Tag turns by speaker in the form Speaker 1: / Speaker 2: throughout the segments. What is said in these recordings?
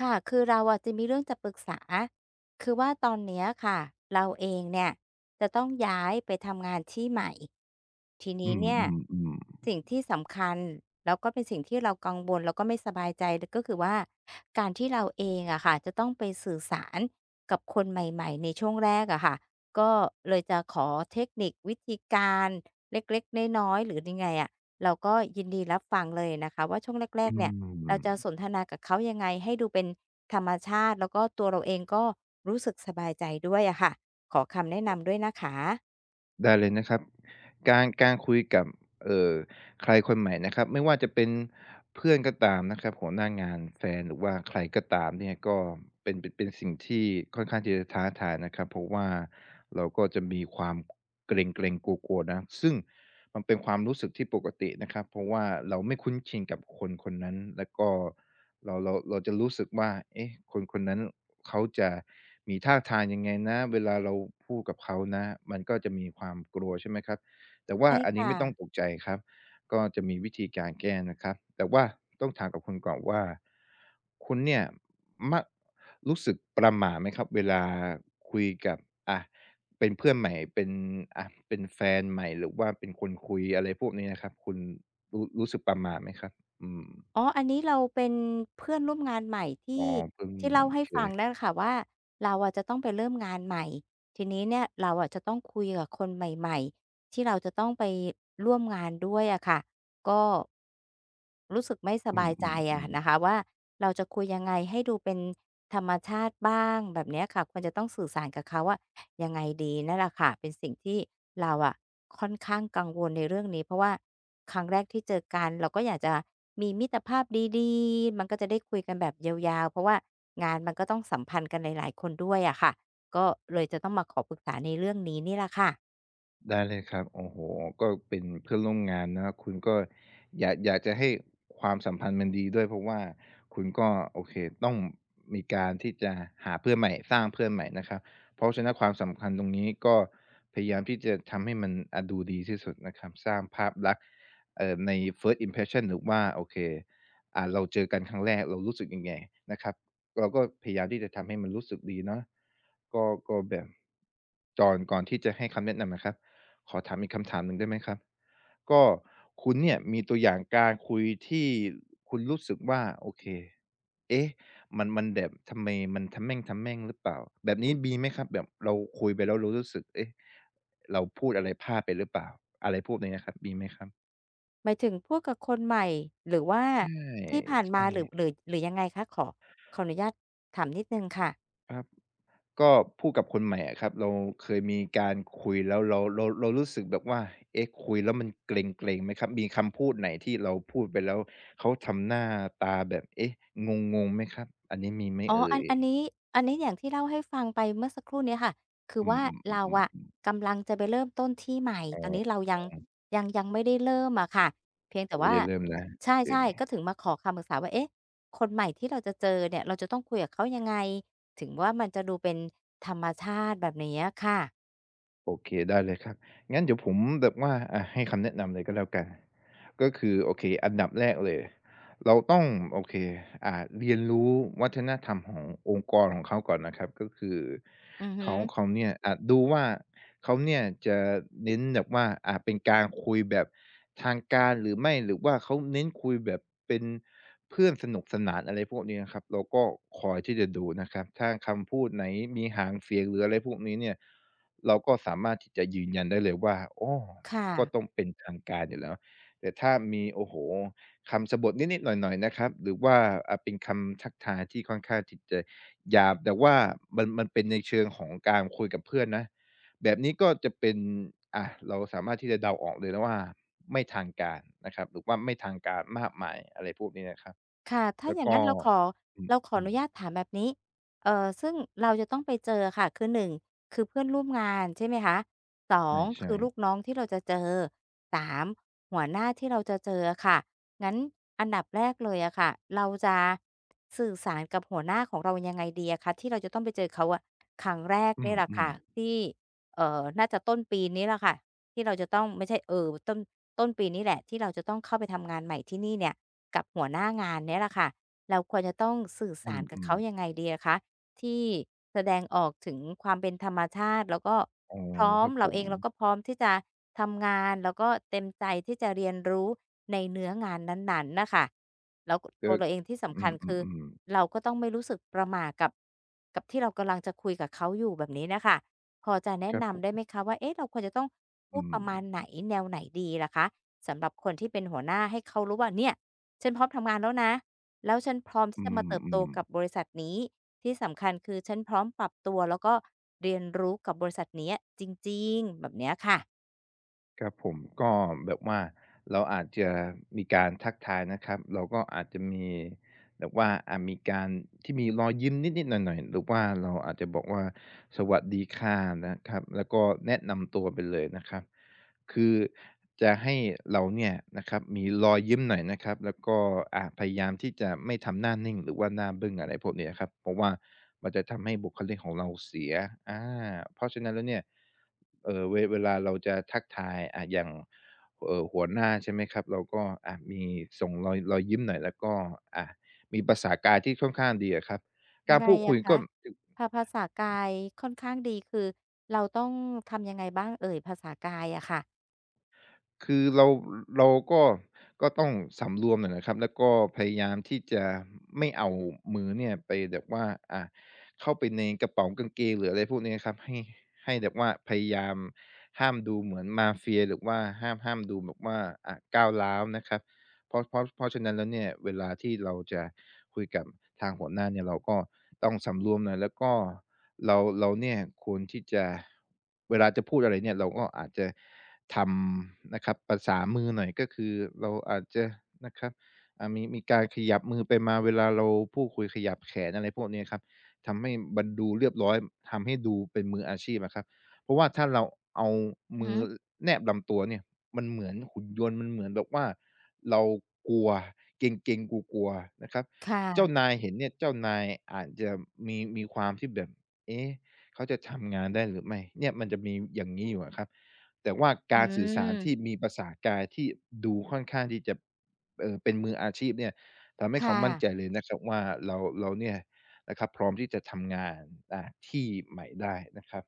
Speaker 1: ค่ะ คือเราอะจะมีเรื่องจะปรึกษาคือว่าตอนเนี้ยค่ะ เราเองเนี่ยจะต้องย้ายไปทำงานที่ใหม่ ที
Speaker 2: อื
Speaker 1: นี้
Speaker 2: ม
Speaker 1: เนี่ย
Speaker 2: อืมอืม
Speaker 1: สิ่งที่สำคัญแล้วก็เป็นสิ่งที่เรากังวลแล้วก็ไม่สบายใจก็คือว่าการที่เราเองอะค่ะจะต้องไปสื่อสารกับคนใหม่ๆในช่วงแรกอะค่ะก็เลยจะขอเทคนิควิธีการเล็กๆน้อยๆหรือยังไงอะเราก็ยินดีรับฟังเลยนะคะว่าช่วงแร
Speaker 2: อื
Speaker 1: กๆเนี่ย เราจะสน
Speaker 2: ม
Speaker 1: ทนากับเขายังไงให้ดูเป็นธรรมชาติแล้วก็ตัวเราเองก็รู้สึกสบายใจด้วยอะค่ะขอคำแนะนำด้วยนะคะ
Speaker 2: ได้เลยนะครับการคุยกับเอ่อใครคนใหม่นะครับไม่ว่าจะเป็นเพื่อนก็ตามนะครับหัวหน้างานแฟนหรือว่าใครก็ตามเนี่ยก็เป็นสิ่งที่ค่อนข้างที่จะท้าทายนะครับเพราะว่าเราก็จะมีความเกรงๆกลัวๆนะซึ่งมันเป็นความรู้สึกที่ปกตินะครับเพราะว่าเราไม่คุ้นชินกับคนคนนั้นแล้วก็เราจะรู้สึกว่าเอ๊ะคนคนนั้น เขาจะมีท่าทางยังไงนะเวลาเราพูดกับเขานะมันก็จะมีความกลัวใช่ไหมครับแต่ว่า
Speaker 1: ใช่
Speaker 2: อันนี้
Speaker 1: ค่ะ
Speaker 2: ไม่ต้องตกใจครับก็จะมีวิธีการแก้นะครับแต่ว่าต้องถามกับคุณก่อนว่าคุณเนี่ยมักรู้สึกประหม่าไหมครับเวลาคุยกับอะเป็นเพื่อนใหม่เป็นเป็นแฟนใหม่หรือว่าเป็นคนคุยอะไรพวกนี้นะครับคุณรู้สึกประหม่าไหมครับอืม
Speaker 1: อ๋ออันนี้เราเป็นเพื่อนร่วมงานใหม่
Speaker 2: อ๋อ
Speaker 1: ที่
Speaker 2: เพิ่ง
Speaker 1: ที่
Speaker 2: มา
Speaker 1: เล่า
Speaker 2: โอ
Speaker 1: ให้
Speaker 2: เค
Speaker 1: ฟังนั่นแหละค่ะว่าเราอะจะต้องไปเริ่มงานใหม่ทีนี้เนี่ยเราอะจะต้องคุยกับคนใหม่ๆที่เราจะต้องไปร่วมงานด้วยอะค่ะ ก็รู้สึกไม่ส
Speaker 2: อื
Speaker 1: บายใจอะ
Speaker 2: ม
Speaker 1: นะ
Speaker 2: ๆๆ
Speaker 1: คะว่าเราจะคุยยังไงให้ดูเป็นธรรมชาติบ้างแบบเนี้ยค่ะควรจะต้องสื่อสารกับเขาว่ายังไงดีนั่นแหละค่ะเป็นสิ่งที่เราอะค่อนข้างกังวลในเรื่องนี้เพราะว่าครั้งแรกที่เจอกันเราก็อยากจะมีมิตรภาพดีๆมันก็จะได้คุยกันแบบยาวๆเพราะว่างานมันก็ต้องสัมพันธ์กันหลายๆคนด้วยอะค่ะก็เลยจะต้องมาขอปรึกษาในเรื่องนี้นี่แหละค่ะ
Speaker 2: ได้เลยครับโอ้โฮก็เป็นเพื่อนร่วมงานเนาะคุณก็อยากจะให้ความสัมพันธ์มันดีด้วยเพราะว่าคุณก็โอเคต้องมีการที่จะหาเพื่อนใหม่สร้างเพื่อนใหม่นะครับเพราะฉะนั้นความสัมพันธ์ตรงนี้ก็พยายามที่จะทำให้มันดูดีที่สุดนะครับสร้างภาพลักษณ์ใน First Impression หรือว่าโอเคเราเจอกันครั้งแรกเรารู้สึกยังไงนะครับเราก็พยายามที่จะทำให้มันรู้สึกดีเนาะก็แบบกอนก่อนที่จะให้คำแนะนำอะครับ ขอถามอีกคำถามหนึ่งได้ไหมครับก็คุณเนี่ยมีตัวอย่างการคุยที่คุณรู้สึกว่าโอเคเอ๊ะมันแบบทำไมมันทำแม่งทำแม่งหรือเปล่าแบบนี้มีไหมครับแบบเราคุยไปแล้วเรารู้สึกเอ๊ะเราพูดอะไรพลาดไปหรือเปล่าอะไรพวกนี้ครับมีไหมครับ
Speaker 1: หมายถึงพูดกับคนใหม่หรือว่า
Speaker 2: ใช่
Speaker 1: ที่ผ่านมา
Speaker 2: ใช่
Speaker 1: หรือยังไงคะขอขออนุญาตถามนิดหนึ่งค่ะ
Speaker 2: ครับ ก็พูดกับคนใหม่อะครับเราเคยมีการคุยแล้วเรารู้สึกแบบว่าเอ๊ะคุยแล้วมันเกร็งๆไหมครับมีคำพูดไหนที่เราพูดไปแล้วเขาทำหน้าตาแบบเอ๊ะงงๆไหมครับอันนี้มีไหม
Speaker 1: อ๋อ
Speaker 2: เอ่ย
Speaker 1: อันนี้อย่างที่เล่าให้ฟังไปเมื่อสักครู่เนี้ยค่ะคือ
Speaker 2: อื
Speaker 1: ว่าเรา
Speaker 2: มๆ
Speaker 1: อะ
Speaker 2: ๆๆ
Speaker 1: กำลังจะไปเริ่มต้นที่ใหม่
Speaker 2: อ๋
Speaker 1: ตอนนี้
Speaker 2: อ
Speaker 1: เรายังไม่ได้เริ่มอะค่ะเพียงแต่
Speaker 2: ยังไม่
Speaker 1: ว่า
Speaker 2: ได้เริ่มนะ
Speaker 1: ใ
Speaker 2: โอเค
Speaker 1: ช่ๆก็ถึงมาขอคำปรึกษาว่าเอ๊ะคนใหม่ที่เราจะเจอเนี่ยเราจะต้องคุยกับเขายังไงถึงว่ามันจะดูเป็นธรรมชาติแบบนี้อะค่ะ
Speaker 2: โอเคได้เลยครับงั้นเดี๋ยวผมแบบว่าให้คำแนะนำเลยก็แล้วกันก็คือโอเคอันดับแรกเลย เราต้องโอเคอ่าเรียนรู้วัฒนธรรมขององค์กรของเขาก่อนนะครับก็คือ
Speaker 1: อือฮึ
Speaker 2: เขาเนี่ยดูว่าเขาเนี่ยจะเน้นแบบว่าเป็นการคุยแบบทางการหรือไม่หรือว่าเขาเน้นคุยแบบเป็นเพื่อนสนุกสนานอะไรพวกนี้นะครับเราก็คอยที่จะดูนะครับถ้าคำพูดไหนมีหางเสียงหรืออะไรพวกนี้เนี่ยเราก็สามารถที่จะยืนยันได้เลยว่าอ้อ
Speaker 1: ค่ะ
Speaker 2: ก็ต้องเป็นทางการอยู่แล้วแต่ถ้ามีโอ้โฮ คำสะบทนิดๆหน่อยๆนะครับหรือว่าเป็นคำทักทายที่ค่อนข้างที่จะหยาบแต่ว่ามันเป็นในเชิงของการคุยกับเพื่อนนะแบบนี้ก็จะเป็นเราสามารถที่จะเดาออกเลยนะว่าไม่ทางการนะครับหรือว่าไม่ทางการมากมายอะไรพวกนี้นะครับ
Speaker 1: ค่ะถ้า
Speaker 2: แล้
Speaker 1: อ
Speaker 2: ว
Speaker 1: ย่าง
Speaker 2: ก็
Speaker 1: นั้นเราขอ
Speaker 2: อ
Speaker 1: เราขอ
Speaker 2: ื
Speaker 1: อนุ
Speaker 2: ม
Speaker 1: ญา
Speaker 2: ๆ
Speaker 1: ตถามแบบนี้ซึ่งเราจะต้องไปเจอค่ะคือ1คือเพื่อนร่วมงานใช่ไหมคะ2คื
Speaker 2: ใช่
Speaker 1: อ
Speaker 2: ๆ
Speaker 1: ลูกน้องที่เราจะเจอ3หัวหน้าที่เราจะเจออะค่ะงั้นอันดับแรกเลยอะค่ะเราจะสื่อสารกับหัวหน้าของเรายังไงดีอะคะที่เราจะต้องไปเจอเขาอะครั้งแรก
Speaker 2: อื
Speaker 1: นี่แหละค่ะ
Speaker 2: ม
Speaker 1: ที่น่าจะต้นปีนี้แหละค่ะที่เราจะต้องไม่ใช่ต้นปีนี้แหละที่เราจะต้องเข้าไปทำงานใหม่ที่นี่เนี่ย กับหัวหน้างานเนี่ยแหละค่ะ เราควรจะต้องสื่อ
Speaker 2: ๆอื
Speaker 1: สารกับ
Speaker 2: ม
Speaker 1: เขา
Speaker 2: ๆ
Speaker 1: ยังไงดีอะคะที่แสดงออกถึงความเป็นธรรมชาติแล้วก็
Speaker 2: อ๋อ
Speaker 1: พร้อ
Speaker 2: ค
Speaker 1: ม
Speaker 2: รับผ
Speaker 1: เราเอ
Speaker 2: ม
Speaker 1: งเราก็พร้อมที่จะทำงานแล้วก็เต็มใจที่จะเรียนรู้ในเนื้องานนั้นๆน่ะค่ะแล้วตั
Speaker 2: ก็
Speaker 1: วเราเองที่สำ
Speaker 2: อื
Speaker 1: คัญคือ
Speaker 2: มๆๆ
Speaker 1: เราก็ต้องไม่รู้สึกประหม่ากับกับที่เรากำลังจะคุยกับเขาอยู่แบบนี้น่ะค่ะพอจะแนะ
Speaker 2: ครับผ
Speaker 1: นำได้ไห
Speaker 2: ม
Speaker 1: มคะว่าเอ๊ะเราควรจะต้องพู
Speaker 2: อื
Speaker 1: ดป
Speaker 2: ม
Speaker 1: ระมาณไหนแนวไหนดีล่ะคะสำหรับคนที่เป็นหัวหน้าให้เขารู้ว่าเนี่ย ฉันพร้อมทำงานแล้วนะแล้วฉันพร้อม
Speaker 2: อื
Speaker 1: ที่จะมาเติบโต
Speaker 2: ม
Speaker 1: กับบ
Speaker 2: ๆ
Speaker 1: ริษัทนี้ที่สำคัญคือฉันพร้อมปรับตัวแล้วก็เรียนรู้กับบริษัทเนี้ยจริงๆแบบเนี้ยค่ะ
Speaker 2: ครับผมก็แบบว่าเราอาจจะมีการทักทายนะครับเราก็อาจจะมีแบบว่าอาจมีการที่มีรอยยิ้มนิดๆหน่อยๆหรือว่าเราอาจจะบอกว่าสวัสดีค่ะนะครับแล้วก็แนะนำตัวไปเลยนะครับ คือจะให้เราเนี่ยนะครับมีรอยยิ้มหน่อยนะครับแล้วก็พยายามที่จะไม่ทำหน้านิ่งหรือว่าหน้าบึ้งอะไรพวกเนี้ยครับเพราะว่ามันจะทำให้บุคลิกของเราเสียอาเพราะฉะนั้นแล้วเนี่ยเออเวลาเราจะทักทายอ่ะอย่างเออหัวหน้าใช่ไหมครับเราก็อ่ะมีส่งรอยยิ้มหน่อยแล้วก็อ่ะมีภาษากายที่ค่อนข้างดีอะครับ
Speaker 1: ยั
Speaker 2: กา
Speaker 1: ง
Speaker 2: ร
Speaker 1: ไง
Speaker 2: พูดคุ
Speaker 1: อะ
Speaker 2: ยก็
Speaker 1: คะภาษากายค่อนข้างดีคือเราต้องทำยังไงบ้างเอ่ยภาษากายอะค่ะ
Speaker 2: คือเราก็ต้องสำรวมหน่อยนะครับแล้วก็พยายามที่จะไม่เอามือเนี่ยไปแบบว่าอ่าเข้าไปในกระเป๋ากางเกงหรืออะไรพวกนี้นะครับให้แบบว่าพยายามห้ามดูเหมือนมาเฟียหรือว่าห้ามดูแบบว่าก้าวร้าวนะครับเพราะฉะนั้นแล้วเนี่ยเวลาที่เราจะคุยกับทางหัวหน้าเนี่ยเราก็ต้องสำรวมหน่อยแล้วก็เราเนี่ยควรที่จะเวลาจะพูดอะไรเนี่ยเราก็อาจจะ ทำนะครับภาษามือหน่อยก็คือเราอาจจะนะครับมีการขยับมือไปมาเวลาเราพูดคุยขยับแขนอะไรพวกเนี้ยครับทำให้มันดูเรียบร้อยทำให้ดูเป็นมืออาชีพอะครับเพราะว่าถ้าเราเอา
Speaker 1: อือ
Speaker 2: มื
Speaker 1: ฮึ
Speaker 2: อแนบลำตัวเนี่ยมันเหมือนหุ่นยนต์มันเหมือนแบบว่าเรากลัวเกร็งๆกลัวๆนะครับ
Speaker 1: ค
Speaker 2: เจ้า
Speaker 1: ่ะ
Speaker 2: นายเห็นเนี่ยเจ้านายอาจจะมีความที่แบบเอ๊ะเขาจะทำงานได้หรือไม่เนี่ยมันจะมีอย่างงี้อยู่อะครับ แต่ว่า
Speaker 1: อื
Speaker 2: การสื่อสารที่
Speaker 1: ม
Speaker 2: มีภาษากายที่ดูค่อนข้างที่จะเป็นมืออาชีพเนี่ยทำให้เขา
Speaker 1: ค่ะ
Speaker 2: มั่นใจเลยนะครับว่าเราเนี่ยนะครับพร้อมที่จะทำงานอ่าที่ใหม่ได้นะครับ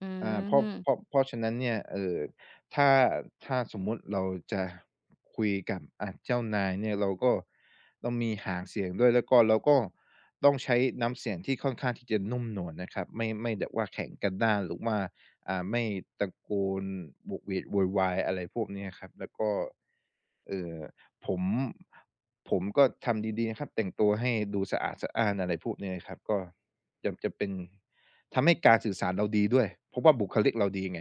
Speaker 1: อื
Speaker 2: เพราะเพราะ
Speaker 1: ม
Speaker 2: เพราะฉะนั้นเนี่ยถ้าถ้าสมมุติเราจะคุยกับเจ้านายเนี่ยเราก็ต้องมีหางเสียงด้วยแล้วก็เราก็ต้องใช้น้ำเสียงที่ค่อนข้างที่จะนุ่มนวลนะครับไม่แบบว่าแข็งกระด้านหรือว่า ไม่ตะโกนโหวกเหวกโวยวายอะไรพวกเนี้ยครับแล้วก็เอ่อผมผมก็ทำดีๆนะครับแต่งตัวให้ดูสะอาดสะอ้านอะไรพวกเนี้ยครับก็จะเป็นทำให้การสื่อสารเราดีด้วยเพราะว่าบุคลิกเราดีไง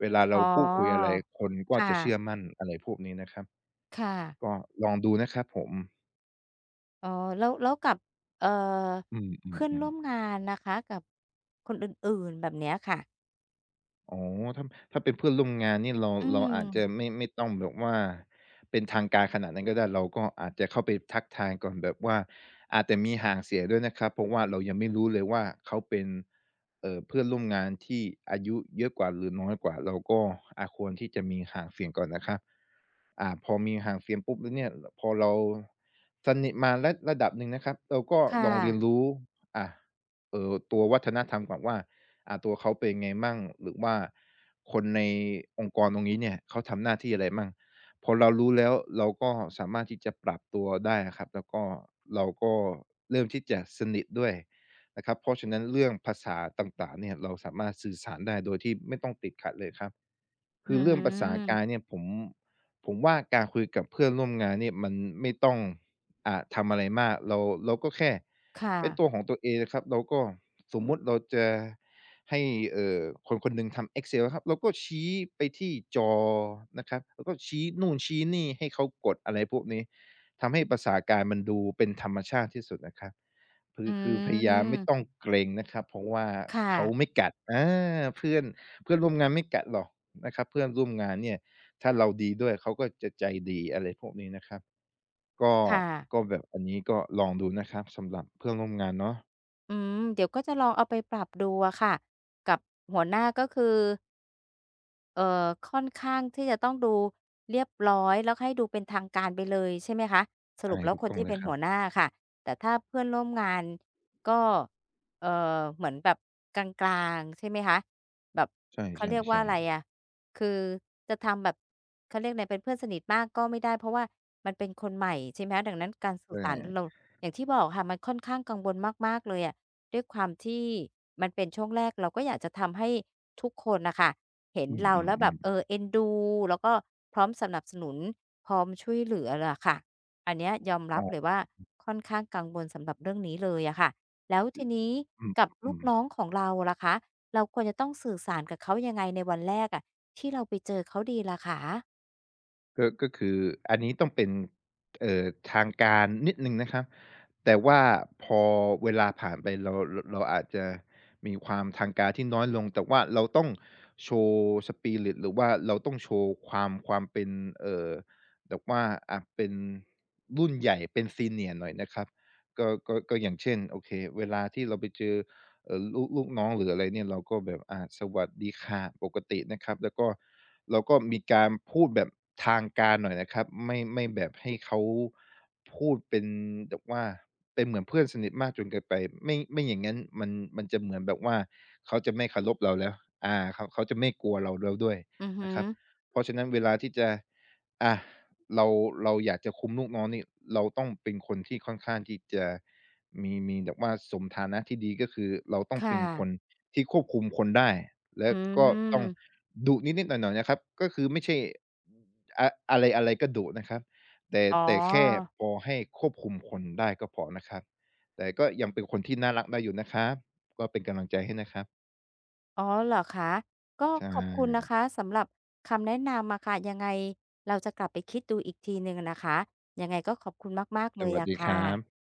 Speaker 2: เวลา
Speaker 1: อ๋
Speaker 2: เรา
Speaker 1: อ
Speaker 2: พูดคุยอะไรคนก็
Speaker 1: ค่ะ
Speaker 2: จะเชื่อมั่นอะไรพวกนี้นะครับ
Speaker 1: ค่ะ
Speaker 2: ก็ลองดูนะครับผม
Speaker 1: อ๋อแล้วกับเอ่อ
Speaker 2: อื
Speaker 1: เพื่อน
Speaker 2: ม
Speaker 1: ร่วม
Speaker 2: ๆๆ
Speaker 1: งานนะคะกับคนอื่นๆแบบเนี้ยค่ะ
Speaker 2: อ๋อถ้าถ้าเป็นเพื่อนร่วมงานนี่เรา
Speaker 1: อื
Speaker 2: เราอาจจะ
Speaker 1: ม
Speaker 2: ไม่ต้องแบบว่าเป็นทางการขนาดนั้นก็ได้เราก็อาจจะเข้าไปทักทายก่อนแบบว่าอาจจะมีห่างเสียด้วยนะครับเพราะว่าเรายังไม่รู้เลยว่าเขาเป็นเพื่อนร่วมงานที่อายุเยอะกว่าหรือน้อยกว่าเราก็อาควรที่จะมีห่างเสียงก่อนนะครับพอมีห่างเสียงปุ๊บแล้วเนี่ยพอเราสนิทมาระดับหนึ่งนะครับเราก็ล
Speaker 1: ค่ะ
Speaker 2: องเรียนรู้อ่าตัววัฒนธรรมก่อนว่า ตัวเขาเป็นไงมั่งหรือว่าคนในองค์กรตรงนี้เนี่ยเขาทำหน้าที่อะไรมั่งพอเรารู้แล้วเราก็สามารถที่จะปรับตัวได้ครับแล้วก็เราก็เริ่มที่จะสนิทด้วยนะครับเพราะฉะนั้นเรื่องภาษาต่างๆเนี่ยเราสามารถสื่อสารได้โดยที่ไม่ต้องติดขัดเลยครับ
Speaker 1: อื
Speaker 2: คือเรื่องภาษากาย
Speaker 1: ม
Speaker 2: เนี่ยผมว่าการคุยกับเพื่อนร่วมงานเนี่ยมันไม่ต้อง ทำอะไรมากเราก็แค่
Speaker 1: ค่ะ
Speaker 2: เป็นตัวของตัวเองนะครับเราก็สมมุติเราจะให้เอ่อคนคนหนึ่งทำ Excel นะครับเราก็ชี้ไปที่จอนะครับแล้วก็ชี้นู่นชี้นี่ให้เขากดอะไรพวกนี้ทำให้ภาษากายมันดูเป็นธรรมชาติที่สุดนะครับคื
Speaker 1: อื
Speaker 2: อคือพยายามไม่ต้อ
Speaker 1: ม
Speaker 2: งเกรงนะครับเพราะว่า
Speaker 1: ค่ะ
Speaker 2: เขาไม่กัดอาเพื่อนเพื่อนร่วมงานไม่กัดหรอกนะครับเพื่อนร่วมงานเนี่ย ถ้าเราดีด้วยเขาก็จะใจดีอะไรพวกนี้นะครับก็
Speaker 1: ค
Speaker 2: ก็
Speaker 1: ่ะ
Speaker 2: แบบอันนี้ก็ลองดูนะครับสำหรับเพื่อนร่วมงานเนาะ
Speaker 1: อืม เดี๋ยวก็จะลองเอาไปปรับดูอะค่ะ กับหัวหน้าก็คือ ค่อนข้างที่จะต้องดูเรียบร้อยแล้วให้ดูเป็นทางการไปเลยใช่ไหมคะสรุ
Speaker 2: ใช่
Speaker 1: ปแล้ว
Speaker 2: ถูก
Speaker 1: คน
Speaker 2: ต้อง
Speaker 1: ที่
Speaker 2: เล
Speaker 1: เป็
Speaker 2: ย
Speaker 1: น
Speaker 2: ครั
Speaker 1: หั
Speaker 2: บ
Speaker 1: วหน้าค่ะแต่ถ้าเพื่อนร่วมงานก็เอ่เหมือนแบบกลางๆใช่ไหมคะแบบ
Speaker 2: ใช่
Speaker 1: เขาเรีย
Speaker 2: ๆ
Speaker 1: ก
Speaker 2: ๆ
Speaker 1: ว่า
Speaker 2: ใช่
Speaker 1: อะไรอะคือจะทำแบบเขาเรียกไรเป็นเพื่อนสนิทมากก็ไม่ได้เพราะว่ามันเป็นคนใหม่ใช่ไหมคะดังนั้นการสื่อสารเราอย่างที่บอกค่ะมันค่อนข้างกังวลมากๆเลยอะด้วยความที่มันเป็นช่วงแรกเราก็อยากจะทำให้ทุกคนน่ะค่ะ เห็น
Speaker 2: อื
Speaker 1: เราแล้วแบบ
Speaker 2: ม
Speaker 1: เอ
Speaker 2: ๆ
Speaker 1: อเอ็นดูแล้วก็พร้อมสนับสนุนพร้อมช่วยเหลือล่ะค่ะอันเนี้ยยอม
Speaker 2: ๆอ๋
Speaker 1: รับ
Speaker 2: อ
Speaker 1: เลยว่าค่อนข้างกังวลสำหรับเรื่องนี้เลยอะค่ะแล้วทีนี้
Speaker 2: อ
Speaker 1: กับ
Speaker 2: ื
Speaker 1: ลูก
Speaker 2: ม
Speaker 1: น้อ
Speaker 2: ๆ
Speaker 1: งของเราล่ะคะเราควรจะต้องสื่อสารกับเขายังไงในวันแรกอะที่เราไปเจอเขาดีล่ะคะ
Speaker 2: ก็คืออันนี้ต้องเป็นเอ่อทางการนิดหนึ่งนะครับแต่ว่าพอเวลาผ่านไปเราอาจจะมีความทางการที่น้อยลงแต่ว่าเราต้องโชว์ Spirit หรือว่าเราต้องโชว์ความเป็นเอ่อแบบว่าอะเป็นรุ่นใหญ่เป็น Senior หน่อยนะครับก็อย่างเช่นโอเคเวลาที่เราไปเจอลูกน้องหรืออะไรเนี่ยเราก็แบบอาสวัสดีค่ะปกตินะครับแล้วก็ เราก็มีการพูดแบบทางการหน่อยนะครับไม่แบบให้เขาพูดเป็นแบบว่าเป็นเหมือนเพื่อนสนิทมากจนเกินไปไม่อย่างนั้นมันจะเหมือนแบบว่าเขาจะไม่เคารพเราแล้วอาเขาจะไม่กลัวเราแล้วด้วย
Speaker 1: อือฮึ
Speaker 2: นะครับเพราะฉะนั้นเวลาที่จะอาเราเราอยากจะคุมลูกน้องนี่เราต้องเป็นคนที่ค่อนข้างที่จะ มีแบบว่าสมฐานะที่ดีก็คือเราต้อง
Speaker 1: ค่ะ
Speaker 2: เป็นคนที่ควบคุมคนได้และ
Speaker 1: อื
Speaker 2: ก็ต้อง
Speaker 1: ม
Speaker 2: ดุนิดๆหน่อยๆนะครับก็คือไม่ใช่อะไรๆก็ดุนะครับแต่
Speaker 1: อ๋
Speaker 2: แต่แค่
Speaker 1: อ
Speaker 2: พอให้ควบคุมคนได้ก็พอนะครับแต่ก็ยังเป็นคนที่น่ารักได้อยู่นะครับก็เป็นกำลังใจให้นะครับ
Speaker 1: อ๋อเหรอคะก็
Speaker 2: ใช
Speaker 1: ขอบคุณนะ
Speaker 2: ่
Speaker 1: คะสำหรับคำแนะนำมะค่ะยังไงเราจะกลับไปคิดดูอีกทีหนึ่งนะคะยังไงก็ขอบคุณมากๆ
Speaker 2: ส
Speaker 1: เลย
Speaker 2: วัส
Speaker 1: อะ
Speaker 2: ดีค
Speaker 1: ค่
Speaker 2: รับ
Speaker 1: ะ